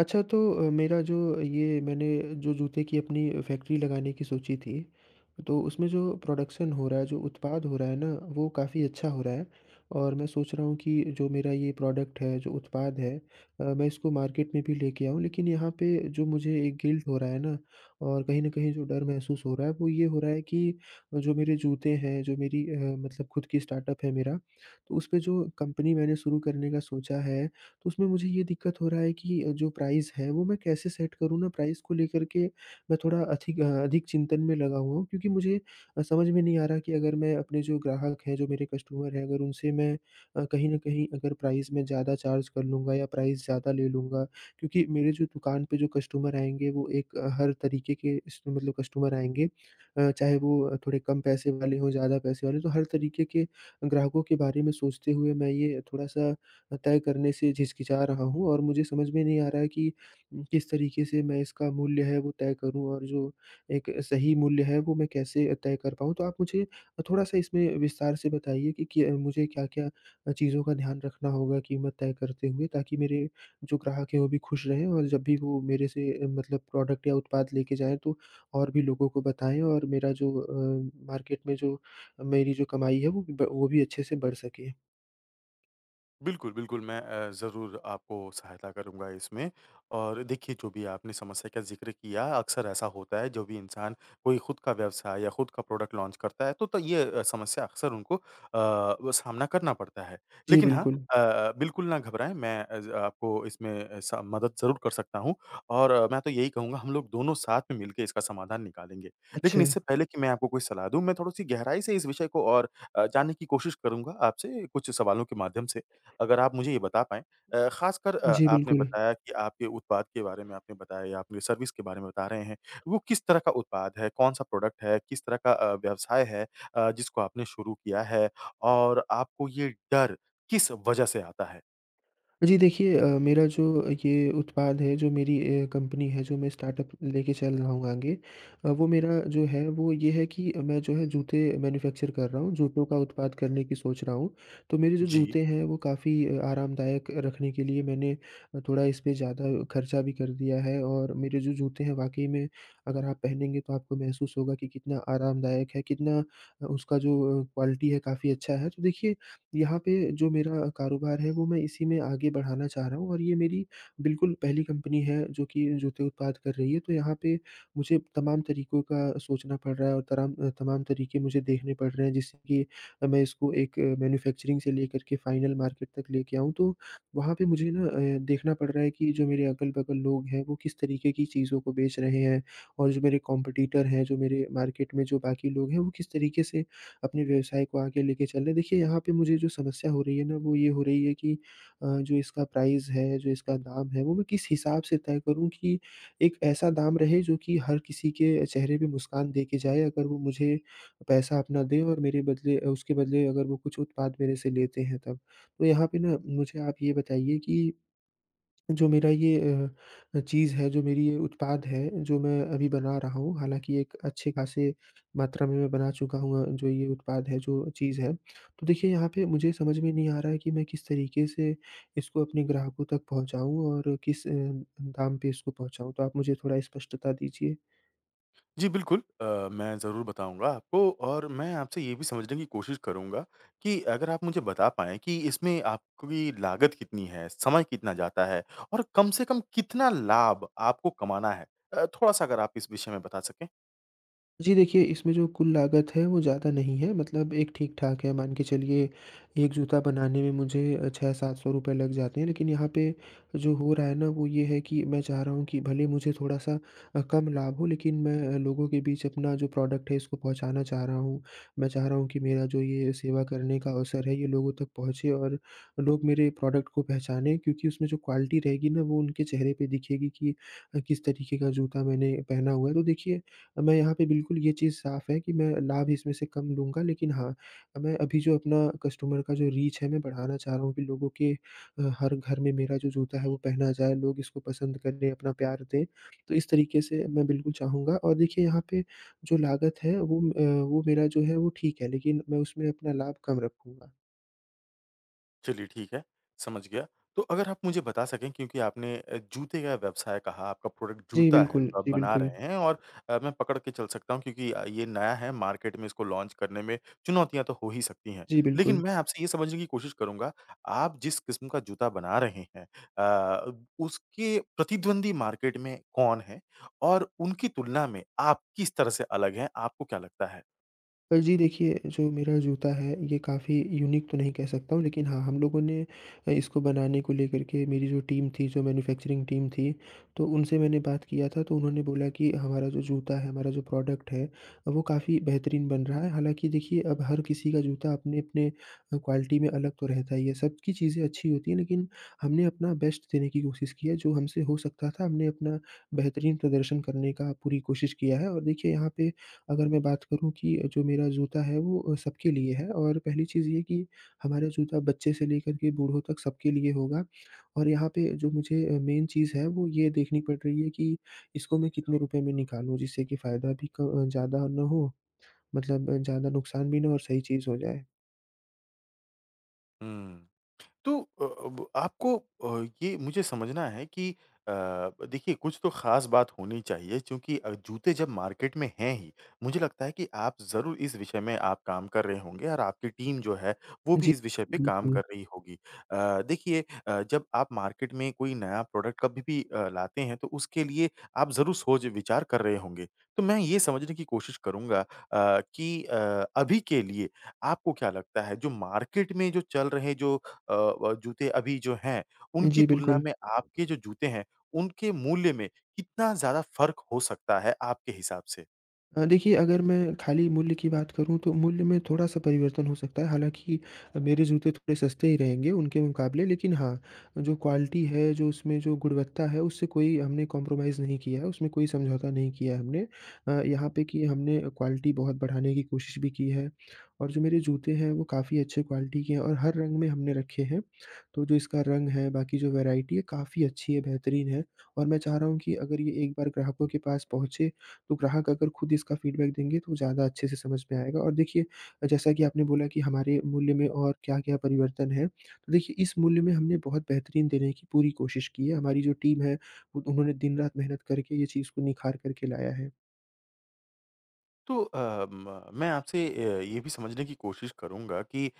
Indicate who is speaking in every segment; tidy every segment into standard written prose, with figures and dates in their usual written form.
Speaker 1: अच्छा, तो मेरा जो, ये मैंने जो जूते की अपनी फैक्ट्री लगाने की सोची थी, तो उसमें जो प्रोडक्शन हो रहा है, जो उत्पाद हो रहा है ना, वो काफ़ी अच्छा हो रहा है। और मैं सोच रहा हूँ कि जो मेरा ये प्रोडक्ट है, जो उत्पाद है, मैं इसको मार्केट में भी लेके आऊँ। लेकिन यहाँ पे जो मुझे एक गिल्ट हो रहा है ना, और कहीं न कहीं जो डर महसूस हो रहा है, वो ये हो रहा है कि जो मेरे जूते हैं, जो मेरी मतलब खुद की स्टार्टअप है मेरा, तो उसपे जो कंपनी मैंने शुरू करने का सोचा है, तो उसमें मुझे ये दिक्कत हो रहा है कि जो प्राइस है वो मैं कैसे सेट करूँ। ना, प्राइस को लेकर के मैं थोड़ा अधिक अधिक चिंतन में लगा हुआ हूँ, क्योंकि मुझे समझ में नहीं आ रहा कि अगर मैं अपने, जो ग्राहक हैं, जो मेरे कस्टमर हैं, अगर उनसे मैं कहीं न कहीं अगर प्राइस में ज़्यादा चार्ज कर लूँगा या प्राइस ज़्यादा ले लूँगा, क्योंकि मेरे जो दुकान पे जो कस्टमर आएँगे वो एक हर तरीके के, इस मतलब, कस्टमर आएँगे। चाहे वो थोड़े कम पैसे वाले हों, ज़्यादा पैसे वाले, तो हर तरीके के ग्राहकों के बारे में सोचते हुए मैं ये थोड़ा-सा तय करने से झिझकिचा रहा हूँ, और मुझे समझ में नहीं आ रहा है कि किस तरीके से मैं इसका मूल्य है वो तय करूँ, और जो एक सही मूल्य है वो मैं कैसे तय कर पाऊँ। तो आप मुझे थोड़ा-सा इसमें विस्तार से बताइए कि मुझे क्या-क्या चीज़ों का ध्यान रखना होगा कीमत तय करते हुए, ताकि मेरे जो ग्राहक हैं वो भी खुश रहें, और जब भी वो मेरे से मतलब प्रोडक्ट या उत्पाद लेके जाएँ तो और भी लोगों को बताएँ, और मेरा जो मार्केट में जो मेरी जो कमाई है वो भी ब वो भी अच्छे से बढ़ सके।
Speaker 2: बिल्कुल, बिल्कुल, मैं ज़रूर आपको सहायता करूँगा इसमें और देखिए, जो भी आपने समस्या का ज़िक्र किया, अक्सर ऐसा होता है, जो भी इंसान कोई खुद का व्यवसाय या खुद का प्रोडक्ट लॉन्च करता है, तो ये समस्या अक्सर उनको वो सामना करना पड़ता है।
Speaker 1: जी,
Speaker 2: लेकिन हाँ
Speaker 1: बिल्कुल।
Speaker 2: बिल्कुल ना घबराएँ, मैं अ, ज आपको इसमें स मदद ज़रूर कर सकता हूँ और मैं तो यही कहूँगा, हम लोग दोनों साथ में मिलके इसका समाधान निकालेंगे। लेकिन
Speaker 1: अच्छा।
Speaker 2: इससे पहले कि मैं आपको कोई सलाह दूँ, मैं थोड़ी-सी गहराई से इस विषय को और जानने की कोशिश करूँगा आपसे कुछ सवालों के माध्यम से। अगर आप मुझे ये बता पाएँ ख़ासकर
Speaker 1: जी,
Speaker 2: आपने
Speaker 1: बिल्कुल।
Speaker 2: बताया कि आपके उत्पाद के बारे में आपने बताया या आपने सर्विस के बारे में बता रहे हैं, वो किस तरह का उत्पाद है? कौन-सा प्रोडक्ट है? किस तरह का व्यवसाय है जिसको आपने शुरू किया है? और आपको ये डर किस वजह से आता है?
Speaker 1: जी, देखिए, मेरा जो ये उत्पाद है, जो मेरी कंपनी है, जो मैं स्टार्टअप लेके चल रहा हूँ आगे, वो मेरा जो है, वो ये है कि मैं जो है जूते मैन्युफैक्चर कर रहा हूँ, जूतों का उत्पाद करने की सोच रहा हूँ। तो मेरे जो
Speaker 2: जी।
Speaker 1: जूते हैं, वो काफ़ी आरामदायक रखने के लिए मैंने थोड़ा इस पे ज़्यादा खर्चा भी कर दिया है, और मेरे जो जूते हैं, वाक़ई में अगर आप पहनेंगे तो आपको महसूस होगा कि कितना आरामदायक है, कितना उसका जो क्वालिटी है, काफ़ी अच्छा है। तो देखिए, यहाँ पे जो मेरा कारोबार है वो मैं इसी में आगे बढ़ाना चाह रहा हूँ, और ये मेरी बिल्कुल पहली कंपनी है जो कि जूते उत्पाद कर रही है। तो यहाँ पे मुझे तमाम तरीकों का सोचना पड़ रहा है, और तमाम तरीके मुझे देखने पड़ रहे हैं जिससे कि मैं इसको एक मैन्युफैक्चरिंग से लेकर के फाइनल मार्केट तक लेके आऊँ। तो वहाँ पे मुझे ना देखना पड़ रहा है कि जो मेरे अगल-बगल लोग हैं वो किस तरीके की चीज़ों को बेच रहे हैं, और जो मेरे कॉम्पिटिटर हैं, जो मेरे मार्केट में जो बाकी लोग हैं वो किस तरीके से अपने व्यवसाय को आगे लेके चल रहे हैं। देखिए, यहाँ पे मुझे जो समस्या हो रही है ना वो ये हो रही है कि जो इसका प्राइस है, जो इसका दाम है वो मैं किस हिसाब से तय करूँ कि एक ऐसा दाम रहे जो कि हर किसी के चेहरे पे मुस्कान दे के जाए, अगर वो मुझे पैसा अपना दें और मेरे बदले, उसके बदले, अगर वो कुछ उत्पाद मेरे से लेते हैं तब। तो यहाँ पे ना मुझे आप ये बताइए कि जो मेरा ये चीज़ है, जो मेरी ये उत्पाद है, जो मैं अभी बना रहा हूँ, हालाँकि एक अच्छे खासे मात्रा में मैं बना चुका हूँ, जो ये उत्पाद है, जो चीज़ है। तो देखिए, यहाँ पे मुझे समझ में नहीं आ रहा है कि मैं किस तरीके से इसको अपने ग्राहकों तक पहुँचाऊँ, और किस दाम पे इसको पहुँचाऊँ? तो आप मुझे थोड़ा स्पष्टता दीजिए।
Speaker 2: जी, बिल्कुल मैं ज़रूर बताऊँगा आपको और मैं आपसे ये भी समझने की कोशिश करूँगा कि अगर आप मुझे बता पाएँ कि इसमें आपकी लागत कितनी है, समय कितना जाता है और कम से कम कितना लाभ आपको कमाना है? थोड़ा-सा अगर आप इस विषय में बता सकें।
Speaker 1: जी, देखिए, इसमें जो कुल लागत है वो ज़्यादा नहीं है, मतलब एक ठीक-ठाक है। मान के चलिए, एक जूता बनाने में मुझे 600-700 रुपए लग जाते हैं। लेकिन यहाँ पे जो हो रहा है ना वो ये है कि मैं चाह रहा हूँ कि भले मुझे थोड़ा-सा कम लाभ हो, लेकिन मैं लोगों के बीच अपना जो प्रोडक्ट है इसको पहुँचाना चाह रहा हूँ। मैं चाह रहा हूँ कि मेरा जो ये सेवा करने का अवसर है ये लोगों तक पहुँचे, और लोग मेरे प्रोडक्ट को पहचानें, क्योंकि उसमें जो क्वालिटी रहेगी ना वो उनके चेहरे पे दिखेगी कि किस तरीके का जूता मैंने पहना हुआ है। तो देखिए, मैं यहाँ पे बिल्कुल, ये चीज़ साफ़ है कि मैं लाभ इसमें से कम लूँगा, लेकिन हाँ, मैं अभी जो अपना कस्टमर का जो रीच है मैं बढ़ाना चाह रहा हूँ कि लोगों के हर घर में मेरा जो जूता है वो पहना जाए, लोग इसको पसंद करें, अपना प्यार दें। तो इस तरीके से मैं बिल्कुल चाहूँगा, और देखिए, यहाँ पे जो लागत है वो, वो मेरा जो है वो ठीक है, लेकिन मैं उसमें अपना लाभ कम रखूँगा।
Speaker 2: चलिए ठीक है, समझ गया। तो अगर आप मुझे बता सकें क्योंकि आपने जूते का व्यवसाय कहा, आपका प्रोडक्ट
Speaker 1: जी,
Speaker 2: जूता है
Speaker 1: बिल्कुल।
Speaker 2: जो आप
Speaker 1: जी,
Speaker 2: बना
Speaker 1: बिल्कुल।
Speaker 2: रहे हैं और मैं पकड़ के चल सकता हूँ क्योंकि ये नया है मार्केट में इसको लॉन्च करने में चुनौतियाँ तो हो ही सकती हैं।
Speaker 1: जी,
Speaker 2: लेकिन
Speaker 1: बिल्कुल।
Speaker 2: मैं आपसे ये समझने की कोशिश करूँगा, आप जिस किस्म का जूता बना रहे हैं अ, उसके प्रतिद्वंदी मार्केट में कौन है? और उनकी तुलना में आप किस तरह से अलग हैं, आपको क्या लगता है?
Speaker 1: जी, देखिए, जो मेरा जूता है ये काफ़ी यूनिक तो नहीं कह सकता हूँ, लेकिन हाँ, हम लोगों ने इसको बनाने को लेकर के, मेरी जो टीम थी, जो मैन्युफैक्चरिंग टीम थी, तो उनसे मैंने बात किया था, तो उन्होंने बोला कि हमारा जो जूता है, हमारा जो प्रोडक्ट है, वो काफ़ी बेहतरीन बन रहा है। हालाँकि देखिए, अब हर किसी का जूता अपने-अपने क्वालिटी में अलग तो रहता ही है, सबकी चीज़ें अच्छी होती हैं, लेकिन हमने अपना बेस्ट देने की कोशिश की है, जो हमसे हो सकता था हमने अपना बेहतरीन प्रदर्शन करने का पूरी कोशिश किया है। और देखिए, यहाँ पे अगर मैं बात करूँ कि जो मेरा जूता है वो सबके लिए है, और पहली चीज़ ये कि हमारा जूता बच्चे से लेकर के बूढ़ों तक सबके लिए होगा। और यहाँ पे जो मुझे मेन चीज़ है वो ये देखनी पड़ रही है कि इसको मैं कितने रुपए में निकालूँ, जिससे कि फ़ायदा भी ज़्यादा ना हो, मतलब ज़्यादा नुकसान भी ना हो और सही चीज़ हो जाए।
Speaker 2: हुँ। तो अब आपको ये मुझे समझना है कि अ, देखिए कुछ तो ख़ास बात होनी चाहिए क्योंकि जूते जब मार्केट में हैं ही, मुझे लगता है कि आप ज़रूर इस विषय में आप काम कर रहे होंगे और आपकी टीम जो है, वो भी
Speaker 1: जी,
Speaker 2: इस विषय पे काम कर
Speaker 1: बिल्कुल।
Speaker 2: रही होगी। देखिए जब आप मार्केट में कोई नया प्रोडक्ट कभी भी लाते हैं तो उसके लिए आप ज़रूर सोच विचार कर रहे होंगे। तो मैं ये समझने की कोशिश करूँगा कि अभी के लिए आपको क्या लगता है जो मार्केट में जो चल रहे जो अ, व जूते अभी जो हैं, उनकी
Speaker 1: जी,
Speaker 2: तुलना
Speaker 1: बिल्कुल।
Speaker 2: में आपके जो जूते हैं, उनके मूल्य में कितना ज़्यादा फ़र्क हो सकता है आपके हिसाब से?
Speaker 1: देखिए, अगर मैं खाली मूल्य की बात करूँ तो मूल्य में थोड़ा-सा परिवर्तन हो सकता है। हालाँकि मेरे जूते थोड़े सस्ते ही रहेंगे उनके मुकाबले, लेकिन हाँ, जो क्वालिटी है, जो उसमें जो गुणवत्ता है उससे कोई हमने कॉम्प्रोमाइज़ नहीं किया है, उसमें कोई समझौता नहीं किया है हमने। यहाँ पे कि हमने क्वालिटी बहुत बढ़ाने की कोशिश भी की है, और जो मेरे जूते हैं वो काफ़ी अच्छे क्वालिटी के हैं, और हर रंग में हमने रखे हैं। तो जो इसका रंग है, बाकी जो वैराइटी है काफ़ी अच्छी है, बेहतरीन है, और मैं चाह रहा हूँ कि अगर ये एक बार ग्राहकों के पास पहुँचे, तो ग्राहक अगर खुद इसका फीडबैक देंगे तो ज़्यादा अच्छे से समझ में आएगा। और देखिए, जैसा कि आपने बोला कि हमारे मूल्य में और क्या-क्या परिवर्तन है, तो देखिए, इस मूल्य में हमने बहुत बेहतरीन देने की पूरी कोशिश की है। हमारी जो टीम है, उन उन्होंने दिन-रात मेहनत करके ये चीज़ को निखार कर के लाया है।
Speaker 2: तो अ, म मैं आपसे ये भी समझने की कोशिश करूँगा कि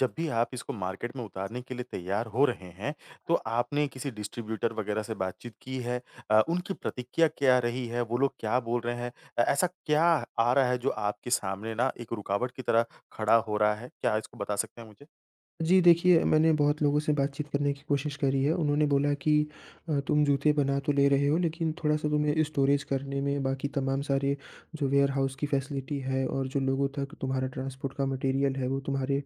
Speaker 2: जब भी आप इसको मार्केट में उतारने के लिए तैयार हो रहे हैं, तो आपने किसी डिस्ट्रीब्यूटर वगैरह से बातचीत की है? उनकी प्रतिक्रिया क्या रही है? वो लोग क्या बोल रहे हैं? ऐसा क्या आ रहा है जो आपके सामने ना एक रुकावट की तरह खड़ा हो रहा है? क्या इसको बता सकते हैं मुझे?
Speaker 1: जी, देखिए, मैंने बहुत लोगों से बातचीत करने की कोशिश करी है। उन्होंने बोला कि तुम जूते बना तो ले रहे हो, लेकिन थोड़ा-सा तुम्हें स्टोरेज करने में, बाकी तमाम सारे जो वेयरहाउस की फैसिलिटी है, और जो लोगों तक तुम्हारा ट्रांसपोर्ट का मटेरियल है वो तुम्हारे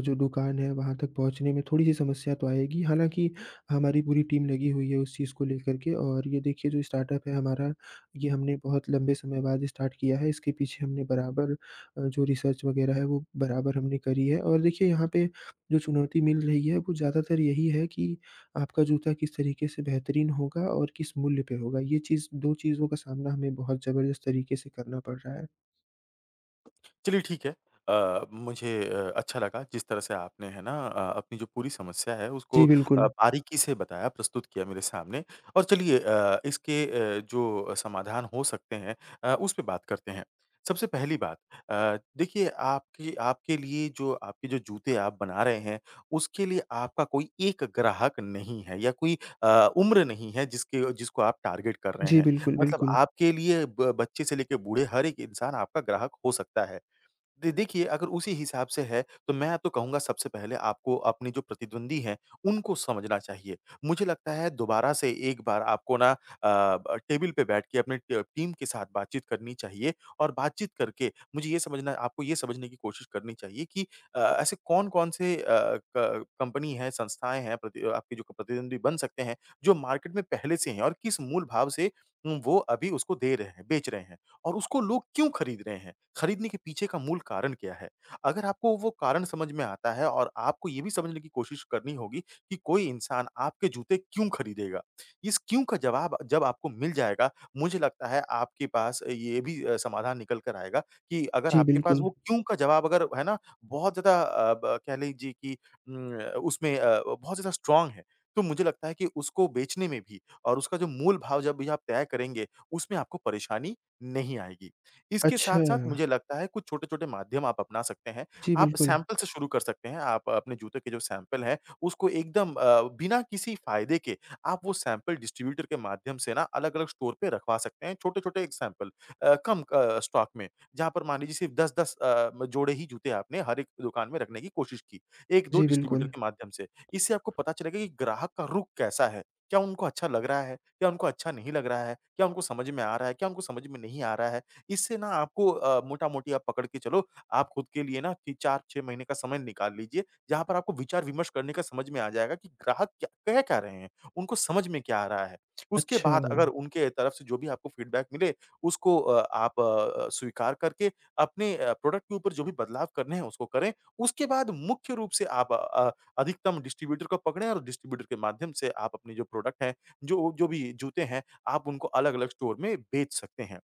Speaker 1: जो दुकान है वहाँ तक पहुँचने में थोड़ी-सी समस्या तो आएगी। हालाँकि हमारी पूरी टीम लगी हुई है उस चीज़ को लेकर के, और ये देखिए, जो स्टार्टअप है हमारा, ये हमने बहुत लंबे समय बाद स्टार्ट किया है। इसके पीछे हमने बराबर जो रिसर्च वगैरह है वो बराबर हमने करी है, और देखिए, यहाँ पे जो चुनौती मिल रही है वो ज़्यादातर यही है कि आपका जूता किस तरीके से बेहतरीन होगा और किस मूल्य पे होगा। ये चीज़, 2 चीज़ों का सामना हमें बहुत ज़बरदस्त तरीके से करना पड़ रहा है।
Speaker 2: चलिए ठीक है। मुझे अच्छा लगा जिस तरह से आपने है ना अपनी जो पूरी समस्या है उसको
Speaker 1: जी, बिल्कुल।
Speaker 2: बारीकी से बताया, प्रस्तुत किया मेरे सामने और चलिए इसके जो समाधान हो सकते हैं उस पे बात करते हैं। सबसे पहली बात देखिए आपकी आपके लिए जो आपके जो जूते आप बना रहे हैं, उसके लिए आपका कोई एक ग्राहक नहीं है या कोई अ, उम्र नहीं है जिसके जिसको आप टारगेट कर रहे
Speaker 1: जी,
Speaker 2: हैं।
Speaker 1: बिल्कुल,
Speaker 2: मतलब
Speaker 1: बिल्कुल।
Speaker 2: आपके लिए ब बच्चे से लेके बूढ़े हर एक इंसान आपका ग्राहक हो सकता है। दे देखिए, अगर उसी हिसाब से है, तो मैं तो कहूँगा सबसे पहले आपको अपने जो प्रतिद्वंदी हैं, उनको समझना चाहिए। मुझे लगता है दोबारा से एक बार आपको ना अ, ब टेबल पे बैठ के अपने ट टीम के साथ बातचीत करनी चाहिए और बातचीत करके मुझे ये समझना आपको ये समझने की कोशिश करनी चाहिए कि ऐसे कौन-कौन से अ, क कंपनी हैं, संस्थाएँ हैं, प्रति आपके जो प्रतिद्वंदी बन सकते हैं, जो मार्केट में पहले से हैं और किस मूल भाव से वो अभी उसको दे रहे हैं, बेच रहे हैं और उसको लोग क्यों खरीद रहे हैं? खरीदने के पीछे का मूल कारण क्या है? अगर आपको वो कारण समझ में आता है और आपको ये भी समझने की कोशिश करनी होगी कि कोई इंसान आपके जूते क्यों खरीदेगा? इस क्यों का जवाब जब आपको मिल जाएगा, मुझे लगता है आपके पास ये भी समाधान निकल कर आएगा कि अगर
Speaker 1: जी,
Speaker 2: आपके पास
Speaker 1: बिल्कुल।
Speaker 2: वो क्यों का जवाब अगर है ना बहुत ज़्यादा अ, ब कह लीजिए कि उम, उसमें बहुत ज़्यादा स्ट्रॉन्ग है, तो मुझे लगता है कि उसको बेचने में भी और उसका जो मूल भाव जब भी आप तय करेंगे, उसमें आपको परेशानी नहीं आएगी। इसके
Speaker 1: अच्छा।
Speaker 2: साथ-साथ मुझे लगता है कुछ छोटे-छोटे माध्यम आप अपना सकते हैं।
Speaker 1: जी,
Speaker 2: आप
Speaker 1: बिल्कुल।
Speaker 2: सैंपल से शुरू कर सकते हैं। आप अपने जूते के जो सैंपल हैं, उसको एकदम बिना किसी फ़ायदे के आप वो सैंपल डिस्ट्रीब्यूटर के माध्यम से ना अलग-अलग स्टोर पे रखवा सकते हैं, छोटे-छोटे एक सैंपल कम स्टॉक में, जहाँ पर मान लीजिए सिर्फ 10-10 जोड़े ही जूते आपने हर एक दुकान में रखने की कोशिश की, 1-2
Speaker 1: जी,
Speaker 2: डिस्ट्रीब्यूटर
Speaker 1: बिल्कुल।
Speaker 2: के माध्यम से। इससे आपको पता चलेगा कि ग्राहक का रुख कैसा है? क्या उनको अच्छा लग रहा है? क्या उनको अच्छा नहीं लग रहा है? क्या उनको समझ में आ रहा है? क्या उनको समझ में नहीं आ रहा है? इससे ना आपको मोटा-मोटी आप पकड़ के चलो, आप खुद के लिए ना कि 4-6 महीने का समय निकाल लीजिए, जहाँ पर आपको विचार-विमर्श करने का समझ में आ जाएगा कि ग्राहक क्या रहे हैं? उनको समझ में क्या आ रहा है? उसके
Speaker 1: अच्छा।
Speaker 2: बाद अगर उनके तरफ से जो भी आपको फीडबैक मिले, उसको आप स्वीकार करके अपने प्रोडक्ट के ऊपर जो भी बदलाव करने हैं, उसको करें। उसके बाद मुख्य रूप से आप अधिकतम डिस्ट्रीब्यूटर को पकड़ें और डिस्ट्रीब्यूटर के माध्यम से आप अपने जो प्रोडक्ट हैं, जो जो भी जूते हैं, आप उनको अलग-अलग स्टोर में बेच सकते हैं।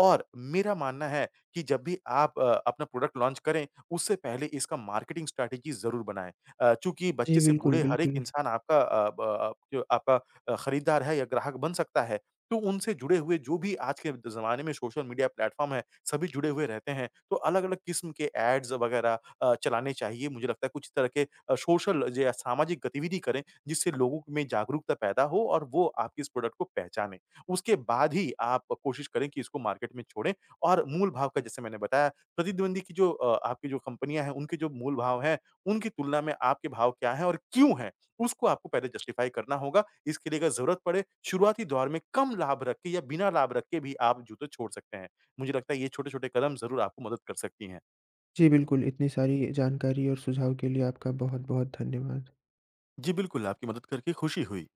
Speaker 2: और मेरा मानना है कि जब भी आप अपना प्रोडक्ट लॉन्च करें, उससे पहले इसका मार्केटिंग स्ट्रैटेजी ज़रूर बनाएँ। चूँकि बच्चे
Speaker 1: जी,
Speaker 2: से
Speaker 1: बिल्कुल,
Speaker 2: बूढ़े हर एक
Speaker 1: बिल्कुल।
Speaker 2: इंसान आपका जो आपका खरीदार है या ग्राहक बन सकता है। तो उनसे जुड़े हुए जो भी आज के ज़माने में सोशल मीडिया प्लेटफ़ॉर्म है, सभी जुड़े हुए रहते हैं। तो अलग-अलग किस्म के एड्स वगैरह चलाने चाहिए। मुझे लगता है कुछ तरह के सोशल ज या सामाजिक गतिविधि करें, जिससे लोगों में जागरूकता पैदा हो और वो आपके इस प्रोडक्ट को पहचानें। उसके बाद ही आप कोशिश करें कि इसको मार्केट में छोड़ें और मूल भाव का जैसे मैंने बताया प्रतिद्वंदी की जो आपकी जो कंपनियाँ हैं, उनके जो मूल भाव हैं, उनकी तुलना में आपके भाव क्या हैं और क्यों हैं? उसको आपको पहले जस्टिफ़ाई करना होगा। इसके लिए अगर ज़रूरत पड़े शुरुआती दौर में कम लाभ रख के या बिना लाभ रख के भी आप जूते छोड़ सकते हैं। मुझे लगता है ये छोटे-छोटे कदम ज़रूर आपको मदद कर सकती हैं।
Speaker 1: जी, बिल्कुल। इतनी सारी जानकारी और सुझाव के लिए आपका बहुत-बहुत धन्यवाद।
Speaker 2: जी बिल्कुल, आपकी मदद करके खुशी हुई।